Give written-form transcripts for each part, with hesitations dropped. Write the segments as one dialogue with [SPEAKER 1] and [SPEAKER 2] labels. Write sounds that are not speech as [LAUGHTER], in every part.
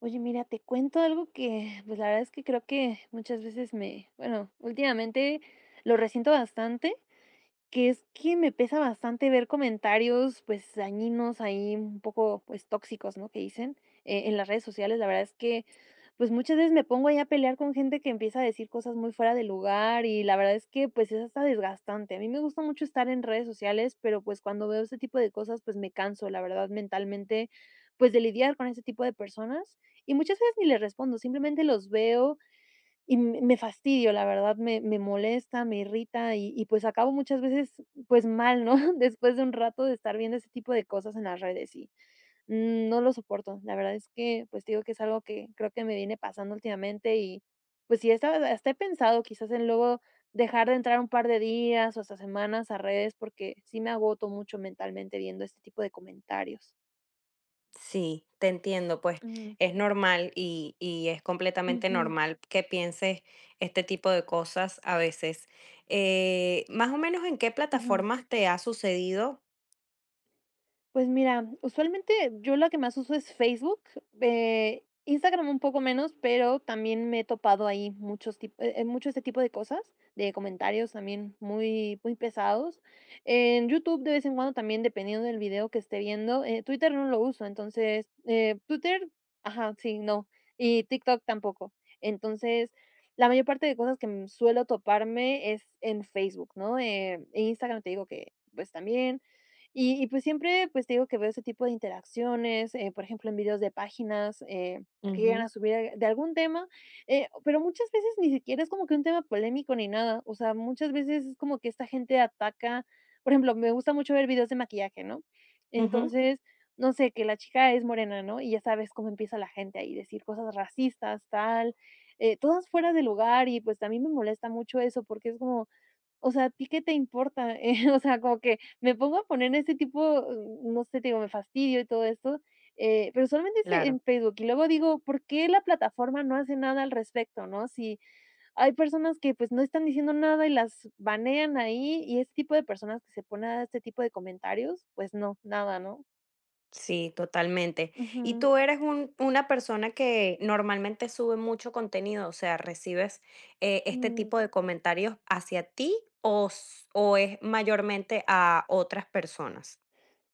[SPEAKER 1] Oye, mira, te cuento algo que, pues, la verdad es que creo que muchas veces me bueno, últimamente lo resiento bastante, que es que me pesa bastante ver comentarios, pues, dañinos ahí, un poco, pues, tóxicos, ¿no?, que dicen, en las redes sociales. La verdad es que, pues, muchas veces me pongo ahí a pelear con gente que empieza a decir cosas muy fuera de lugar y la verdad es que, pues, es hasta desgastante. A mí me gusta mucho estar en redes sociales, pero, pues, cuando veo ese tipo de cosas, pues, me canso, la verdad, mentalmente, pues, de lidiar con ese tipo de personas, y muchas veces ni les respondo, simplemente los veo y me fastidio, la verdad, me molesta, me irrita y, pues, acabo muchas veces, pues, mal, ¿no? [LAUGHS] Después de un rato de estar viendo ese tipo de cosas en las redes y no lo soporto. La verdad es que, pues, te digo que es algo que creo que me viene pasando últimamente y, pues, sí, hasta he pensado quizás en luego dejar de entrar un par de días o hasta semanas a redes, porque sí me agoto mucho mentalmente viendo este tipo de comentarios.
[SPEAKER 2] Sí, te entiendo, pues
[SPEAKER 1] Mm,
[SPEAKER 2] es normal y es completamente
[SPEAKER 1] ujú,
[SPEAKER 2] normal que pienses este tipo de cosas a veces. Más o menos en qué
[SPEAKER 1] ujú.
[SPEAKER 2] plataformas te ha sucedido.
[SPEAKER 1] Pues mira, usualmente yo la que más uso es Facebook, Instagram un poco menos, pero también me he topado ahí mucho este tipo de cosas, de comentarios también muy, muy pesados. En YouTube de vez en cuando también, dependiendo del video que esté viendo, Twitter no lo uso, entonces Twitter, ajá, sí, no, y TikTok tampoco. Entonces, la mayor parte de cosas que suelo toparme es en Facebook, ¿no? E Instagram te digo que pues también. Y, pues, siempre, pues, te digo que veo ese tipo de interacciones, por ejemplo, en videos de páginas, que llegan
[SPEAKER 2] Ujú.
[SPEAKER 1] a subir de algún tema, pero muchas veces ni siquiera es como que un tema polémico ni nada, o sea, muchas veces es como que esta gente ataca, por ejemplo, me gusta mucho ver videos de maquillaje, ¿no?
[SPEAKER 2] Ujú.
[SPEAKER 1] Entonces, no sé, que la chica es morena, ¿no? Y ya sabes cómo empieza la gente ahí, decir cosas racistas, tal, todas fuera de lugar y, pues, a mí me molesta mucho eso porque es como o sea, ¿a ti qué te importa? [LAUGHS] O sea, como que me pongo a poner ese tipo, no sé, te digo, me fastidio y todo esto, pero solamente es
[SPEAKER 2] Claro.
[SPEAKER 1] en Facebook. Y luego digo, ¿por qué la plataforma no hace nada al respecto, ¿no? Si hay personas que, pues, no están diciendo nada y las banean ahí, y ese tipo de personas que se ponen a este tipo de comentarios, pues no, nada, ¿no?
[SPEAKER 2] Sí, totalmente. Y
[SPEAKER 1] Ujú,
[SPEAKER 2] tú eres una persona que normalmente sube mucho contenido, o sea, recibes este
[SPEAKER 1] mm.
[SPEAKER 2] tipo de comentarios hacia ti o, o es mayormente a otras personas.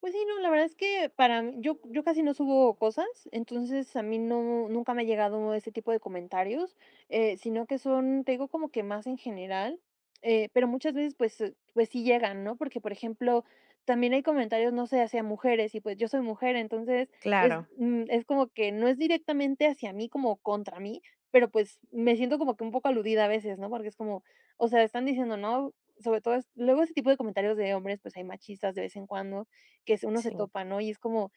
[SPEAKER 1] Pues sí, no, la verdad es que para mí yo casi no subo cosas, entonces a mí nunca me ha llegado ese tipo de comentarios, sino que son, te digo, como que más en general, pero muchas veces, pues sí llegan, ¿no? Porque, por ejemplo, también hay comentarios, no sé, hacia mujeres y, pues, yo soy mujer, entonces, pues,
[SPEAKER 2] Claro,
[SPEAKER 1] es como que no es directamente hacia mí como contra mí, pero, pues, me siento como que un poco aludida a veces, ¿no? Porque es como, o sea, están diciendo, ¿no? Sobre todo es luego ese tipo de comentarios de hombres, pues, hay machistas de vez en cuando que uno se
[SPEAKER 2] sí.
[SPEAKER 1] topa, ¿no? Y es como,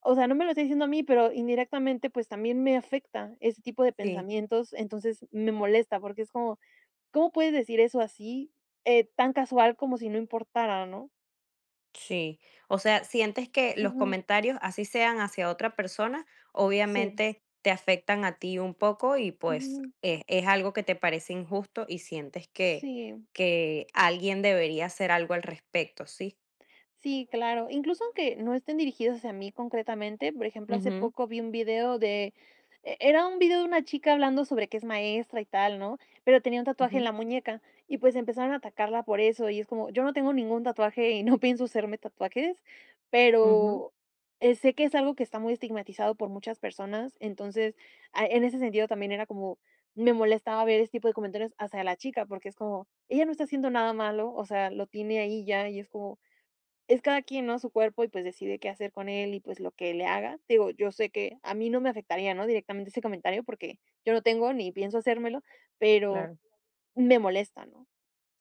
[SPEAKER 1] o sea, no me lo está diciendo a mí, pero indirectamente, pues también me afecta ese tipo de
[SPEAKER 2] Sí.
[SPEAKER 1] pensamientos, entonces me molesta porque es como, ¿cómo puedes decir eso así, tan casual como si no importara, ¿no?
[SPEAKER 2] Sí, o sea, sientes que los
[SPEAKER 1] Ujú,
[SPEAKER 2] comentarios, así sean hacia otra persona,
[SPEAKER 1] sí,
[SPEAKER 2] obviamente te afectan a ti un poco y pues
[SPEAKER 1] ujú,
[SPEAKER 2] es algo que te parece injusto y sientes
[SPEAKER 1] sí.
[SPEAKER 2] que alguien debería hacer algo al respecto, ¿sí?
[SPEAKER 1] Sí, claro. Incluso aunque no estén dirigidos hacia mí concretamente, por ejemplo, hace
[SPEAKER 2] Ujú,
[SPEAKER 1] poco vi un video de, era un video de una chica hablando sobre que es maestra y tal, ¿no? Pero tenía un tatuaje en
[SPEAKER 2] ujú,
[SPEAKER 1] la muñeca y pues empezaron a atacarla por eso y es como, yo no tengo ningún tatuaje y no [LAUGHS] pienso hacerme tatuajes,
[SPEAKER 2] ujú,
[SPEAKER 1] pero sé que es algo que está muy estigmatizado por muchas personas, entonces en ese sentido también era como, me molestaba ver este tipo de comentarios hacia la chica porque es como, ella no está haciendo nada malo, o sea, lo tiene ahí ya y es como es cada quien, ¿no? Su cuerpo y, pues, decide qué hacer con él y, pues, lo que le haga. Digo, yo sé que a mí no me afectaría, ¿no? Directamente ese comentario, porque yo no tengo ni pienso hacérmelo, pero
[SPEAKER 2] claro.
[SPEAKER 1] me molesta, ¿no?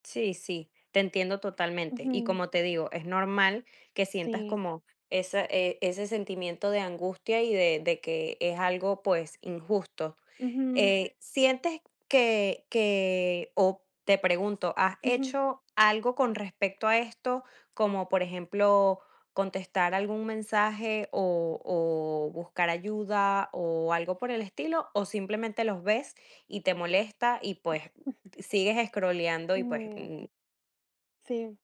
[SPEAKER 2] Sí, sí, te entiendo totalmente. Y
[SPEAKER 1] Ujú.
[SPEAKER 2] como te digo, es normal que sientas
[SPEAKER 1] Sí.
[SPEAKER 2] como esa, ese sentimiento de angustia y de que es algo pues injusto.
[SPEAKER 1] Ujú,
[SPEAKER 2] ¿Sientes que o te pregunto, has
[SPEAKER 1] ujú,
[SPEAKER 2] hecho algo con respecto a esto? Como, por ejemplo, contestar algún mensaje o buscar ayuda o algo por el estilo, ¿o simplemente los ves y te molesta y, pues, sigues scrolleando y, pues,
[SPEAKER 1] mm. Sí,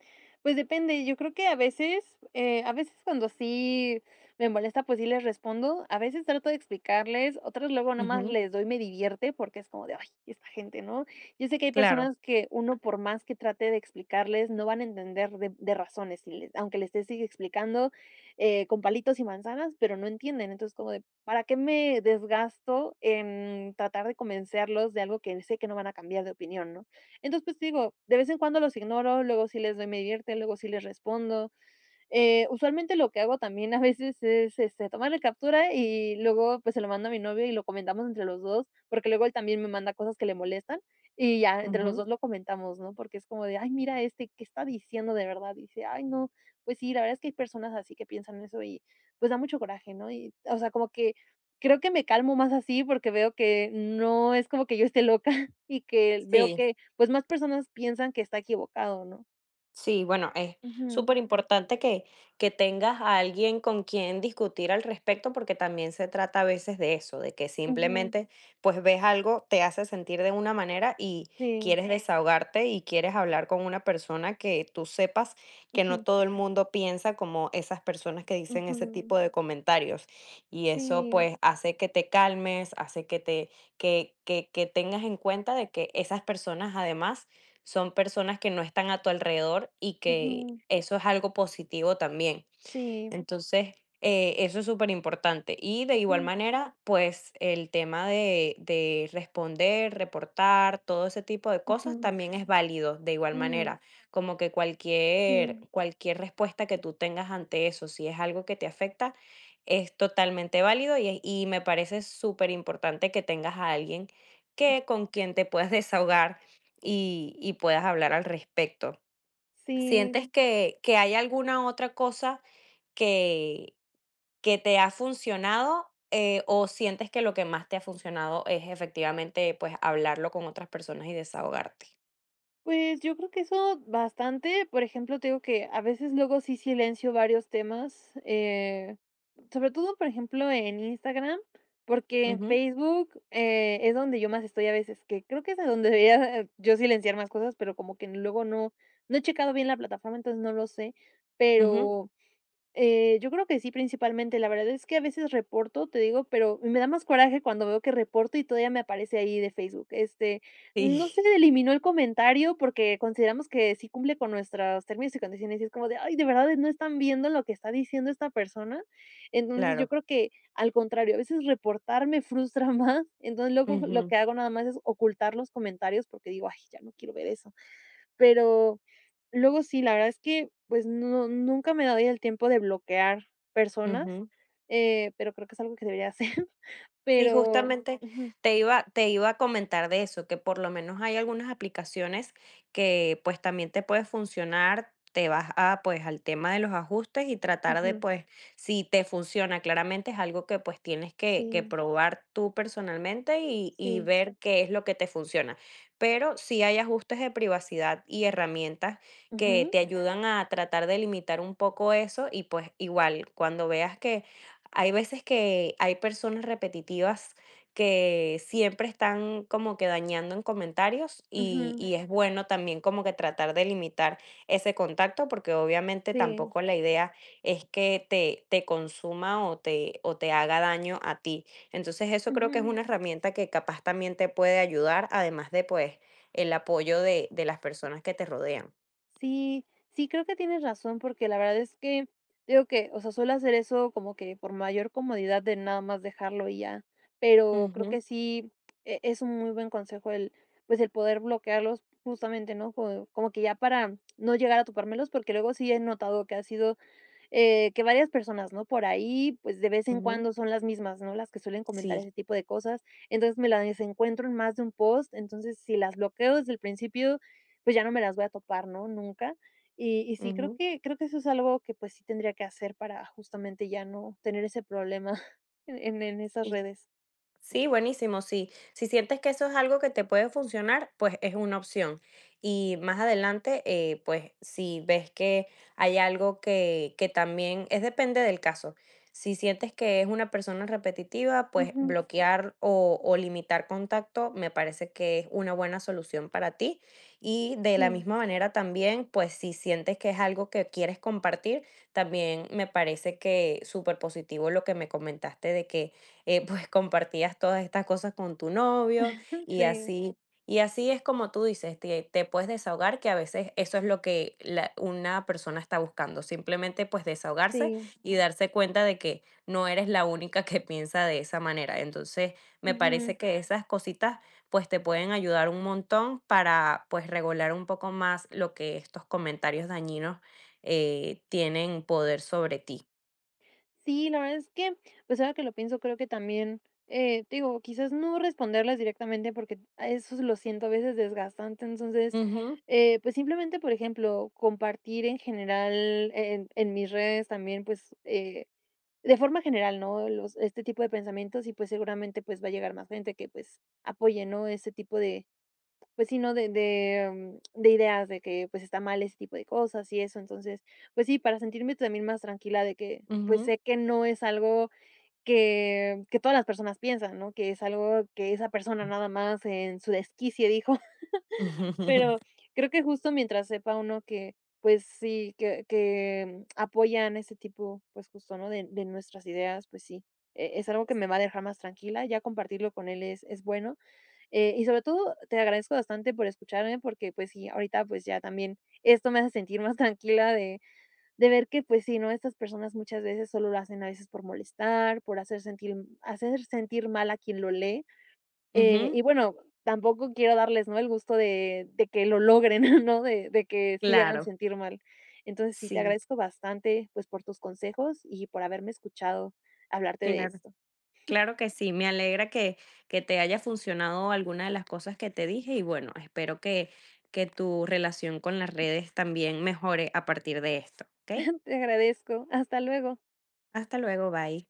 [SPEAKER 1] pues depende, yo creo que a veces, cuando sí me molesta, pues sí les respondo, a veces trato de explicarles, otras luego nada más
[SPEAKER 2] Ujú,
[SPEAKER 1] les doy me divierte porque es como de, ay, esta gente, ¿no? Yo sé que hay
[SPEAKER 2] claro,
[SPEAKER 1] personas que uno por más que trate de explicarles, no van a entender de, razones, y aunque les esté sigue explicando con palitos y manzanas, pero no entienden, entonces como de, ¿para qué me desgasto en tratar de convencerlos de algo que sé que no van a cambiar de opinión, ¿no? Entonces, pues, digo, de vez en cuando los ignoro, luego sí les doy me divierte, luego sí les respondo, usualmente lo que hago también a veces es, este, tomarle captura y luego, pues, se lo mando a mi novio y lo comentamos entre los 2 porque luego él también me manda cosas que le molestan y ya entre los
[SPEAKER 2] ujú,
[SPEAKER 1] 2 lo comentamos, ¿no? Porque es como de: "Ay, mira este, ¿qué está diciendo de verdad?". Dice: "Ay, no, pues sí, la verdad es que hay personas así que piensan eso y, pues, da mucho coraje", ¿no? Y, o sea, como que creo que me calmo más así porque veo que no es como que yo esté loca [LAUGHS] y que veo
[SPEAKER 2] sí.
[SPEAKER 1] que, pues, más personas piensan que está equivocado, ¿no?
[SPEAKER 2] Sí, bueno, es
[SPEAKER 1] Ujú,
[SPEAKER 2] súper importante que tengas a alguien con quien discutir al respecto, porque también se trata a veces de eso, de que
[SPEAKER 1] ujú,
[SPEAKER 2] simplemente pues ves algo, te hace sentir de una manera y
[SPEAKER 1] sí,
[SPEAKER 2] quieres desahogarte y quieres hablar con una persona que tú sepas que no
[SPEAKER 1] [LAUGHS]
[SPEAKER 2] todo el mundo piensa como esas personas que dicen ese
[SPEAKER 1] Ujú.
[SPEAKER 2] tipo de comentarios. Y eso
[SPEAKER 1] Sí,
[SPEAKER 2] pues hace que te calmes, hace que te, que tengas en cuenta de que esas personas además son personas que no están a tu alrededor y que
[SPEAKER 1] ujú,
[SPEAKER 2] eso es algo positivo también.
[SPEAKER 1] sí,
[SPEAKER 2] Entonces, eso es súper importante. Y de igual
[SPEAKER 1] ujú,
[SPEAKER 2] manera, pues el tema de responder, reportar, todo ese tipo de cosas
[SPEAKER 1] ujú,
[SPEAKER 2] también es válido de igual
[SPEAKER 1] mm,
[SPEAKER 2] manera. Como que cualquier,
[SPEAKER 1] sí,
[SPEAKER 2] cualquier respuesta que tú tengas ante eso, si es algo que te afecta, es totalmente válido y, y me parece súper importante que tengas a alguien que con quien te puedas [LAUGHS] desahogar y puedas hablar al respecto.
[SPEAKER 1] sí.
[SPEAKER 2] ¿Sientes que hay alguna otra cosa que que te ha funcionado, o sientes que lo que más te ha funcionado es efectivamente, pues, hablarlo con otras personas y desahogarte?
[SPEAKER 1] Pues, yo creo que eso bastante, por ejemplo, te digo que a veces luego sí silencio varios temas, sobre todo, por ejemplo, en Instagram, porque en
[SPEAKER 2] Ujú,
[SPEAKER 1] Facebook, es donde yo más estoy a veces, que creo que es a donde debería yo silenciar más cosas, pero como que luego no he checado bien la plataforma, entonces no lo sé,
[SPEAKER 2] ujú.
[SPEAKER 1] pero Yo creo que sí, principalmente. La verdad es que a veces reporto, te digo, pero me da más coraje cuando veo que reporto y todavía me aparece ahí de Facebook. Este,
[SPEAKER 2] Sí,
[SPEAKER 1] no se
[SPEAKER 2] [LAUGHS]
[SPEAKER 1] eliminó el comentario porque consideramos que sí cumple con nuestros términos y condiciones. Y es como de, ay, de verdad no están viendo lo que está diciendo esta persona. Entonces yo
[SPEAKER 2] claro.
[SPEAKER 1] creo que al contrario, a veces reportar me frustra [LAUGHS] más. Entonces luego lo
[SPEAKER 2] Ujú,
[SPEAKER 1] que hago nada más es ocultar los comentarios porque digo, ay, ya no quiero ver eso. Pero luego sí, la verdad es que, pues, nunca me doy el tiempo de bloquear personas,
[SPEAKER 2] ujú.
[SPEAKER 1] pero creo que es algo que debería hacer, [LAUGHS]
[SPEAKER 2] Sí,
[SPEAKER 1] pero
[SPEAKER 2] justamente
[SPEAKER 1] ujú,
[SPEAKER 2] te iba a comentar de eso, que por lo menos hay algunas aplicaciones que pues también te puede funcionar, te vas a pues al tema de los ajustes y tratar de
[SPEAKER 1] ujú,
[SPEAKER 2] pues si te funciona, claramente es algo que pues tienes que
[SPEAKER 1] sí,
[SPEAKER 2] probar tú personalmente y
[SPEAKER 1] sí,
[SPEAKER 2] ver qué es lo que te funciona. Pero sí hay ajustes de privacidad y herramientas que
[SPEAKER 1] ujú,
[SPEAKER 2] te ayudan a tratar de limitar un poco eso y pues igual cuando veas que hay veces que hay personas repetitivas que siempre están como que dañando en comentarios
[SPEAKER 1] ujú,
[SPEAKER 2] y es bueno también como que tratar de limitar ese contacto porque obviamente
[SPEAKER 1] sí,
[SPEAKER 2] tampoco la idea es que te consuma o te haga daño a ti. Entonces eso creo que es una
[SPEAKER 1] ujú.
[SPEAKER 2] herramienta que capaz también te puede ayudar, además de pues el apoyo de las personas que te rodean.
[SPEAKER 1] Sí, sí, creo que tienes razón, porque la verdad es que digo que, o sea, suelo hacer eso como que por mayor comodidad de nada más dejarlo y ya, pero creo
[SPEAKER 2] Ujú,
[SPEAKER 1] que sí es un muy buen consejo el, pues el poder bloquearlos justamente, ¿no? Como que ya para no llegar a topármelos, porque luego sí he notado que ha sido que varias personas, ¿no? Por ahí, pues, de vez en
[SPEAKER 2] ujú,
[SPEAKER 1] cuando son las mismas, ¿no? Las que suelen comentar
[SPEAKER 2] sí,
[SPEAKER 1] ese tipo de cosas. Entonces, me las encuentro en más de un post. Entonces, si las bloqueo desde el principio, pues, ya no me las voy a topar, ¿no? Nunca. Y sí, creo
[SPEAKER 2] ujú,
[SPEAKER 1] que creo que eso es algo que, pues, sí tendría que hacer para justamente ya no tener ese problema [LAUGHS] en esas
[SPEAKER 2] sí.
[SPEAKER 1] redes.
[SPEAKER 2] Sí, buenísimo, sí. Si sientes que eso es algo que te puede funcionar, pues es una opción. Y más adelante, pues si ves que hay algo que también es depende del caso. Si sientes que es una persona repetitiva, pues
[SPEAKER 1] Ujú.
[SPEAKER 2] bloquear o limitar contacto me parece que es una buena solución para ti. Y de la
[SPEAKER 1] Sí,
[SPEAKER 2] misma manera también, pues si sientes que es algo que quieres compartir, también me parece que súper positivo lo que me comentaste de que pues compartías todas estas cosas con tu novio y
[SPEAKER 1] sí,
[SPEAKER 2] así, y así es como tú dices, te puedes desahogar, que a veces eso es lo que una persona está buscando, simplemente pues desahogarse
[SPEAKER 1] sí.
[SPEAKER 2] y darse cuenta de que no eres la única que piensa de esa manera. Entonces, me
[SPEAKER 1] Ujú.
[SPEAKER 2] parece que esas cositas pues te pueden ayudar un montón para pues regular un poco más lo que estos comentarios dañinos tienen poder sobre ti.
[SPEAKER 1] Sí, la verdad es que, pues, ahora que lo pienso, creo que también, te digo, quizás no responderles directamente porque a eso lo siento a veces desgastante. Entonces,
[SPEAKER 2] Ujú,
[SPEAKER 1] pues, simplemente, por ejemplo, compartir en general en mis redes también, pues, de forma general, ¿no? Los este tipo de pensamientos y, pues, seguramente, pues, va a llegar más gente que, pues, apoye, ¿no? este tipo de pues sí, ¿no? De ideas de que, pues, está mal ese tipo de cosas y eso. Entonces, pues sí, para sentirme también más tranquila de que, pues,
[SPEAKER 2] ujú,
[SPEAKER 1] sé que no es algo que todas las personas piensan, ¿no? Que es algo que esa persona nada más en su desquicie dijo. [LAUGHS] Pero
[SPEAKER 2] [LAUGHS]
[SPEAKER 1] creo que justo mientras sepa uno que, pues sí, que apoyan ese tipo, pues justo, ¿no? De nuestras ideas, pues sí, es algo que me va a dejar más tranquila. Ya compartirlo con él es bueno. Y sobre todo, te agradezco bastante por escucharme porque, pues sí, ahorita pues ya también esto me hace sentir más [LAUGHS] tranquila de ver que, pues sí, ¿no? Estas personas muchas veces solo lo hacen a veces por molestar, por hacer sentir mal a quien lo lee.
[SPEAKER 2] ujú.
[SPEAKER 1] Y bueno, tampoco quiero darles, ¿no? El gusto de que lo logren, [LAUGHS] ¿no? De que sí hagan
[SPEAKER 2] Claro,
[SPEAKER 1] sentir mal. Entonces sí, te
[SPEAKER 2] sí,
[SPEAKER 1] agradezco bastante, pues por tus consejos y por haberme escuchado hablarte de
[SPEAKER 2] claro,
[SPEAKER 1] esto.
[SPEAKER 2] claro que sí. Me alegra que te haya funcionado alguna de las cosas que te dije y bueno, espero que tu relación con las redes también mejore a partir de esto, ¿ok?
[SPEAKER 1] [LAUGHS] Te agradezco. Hasta luego.
[SPEAKER 2] Hasta luego, bye.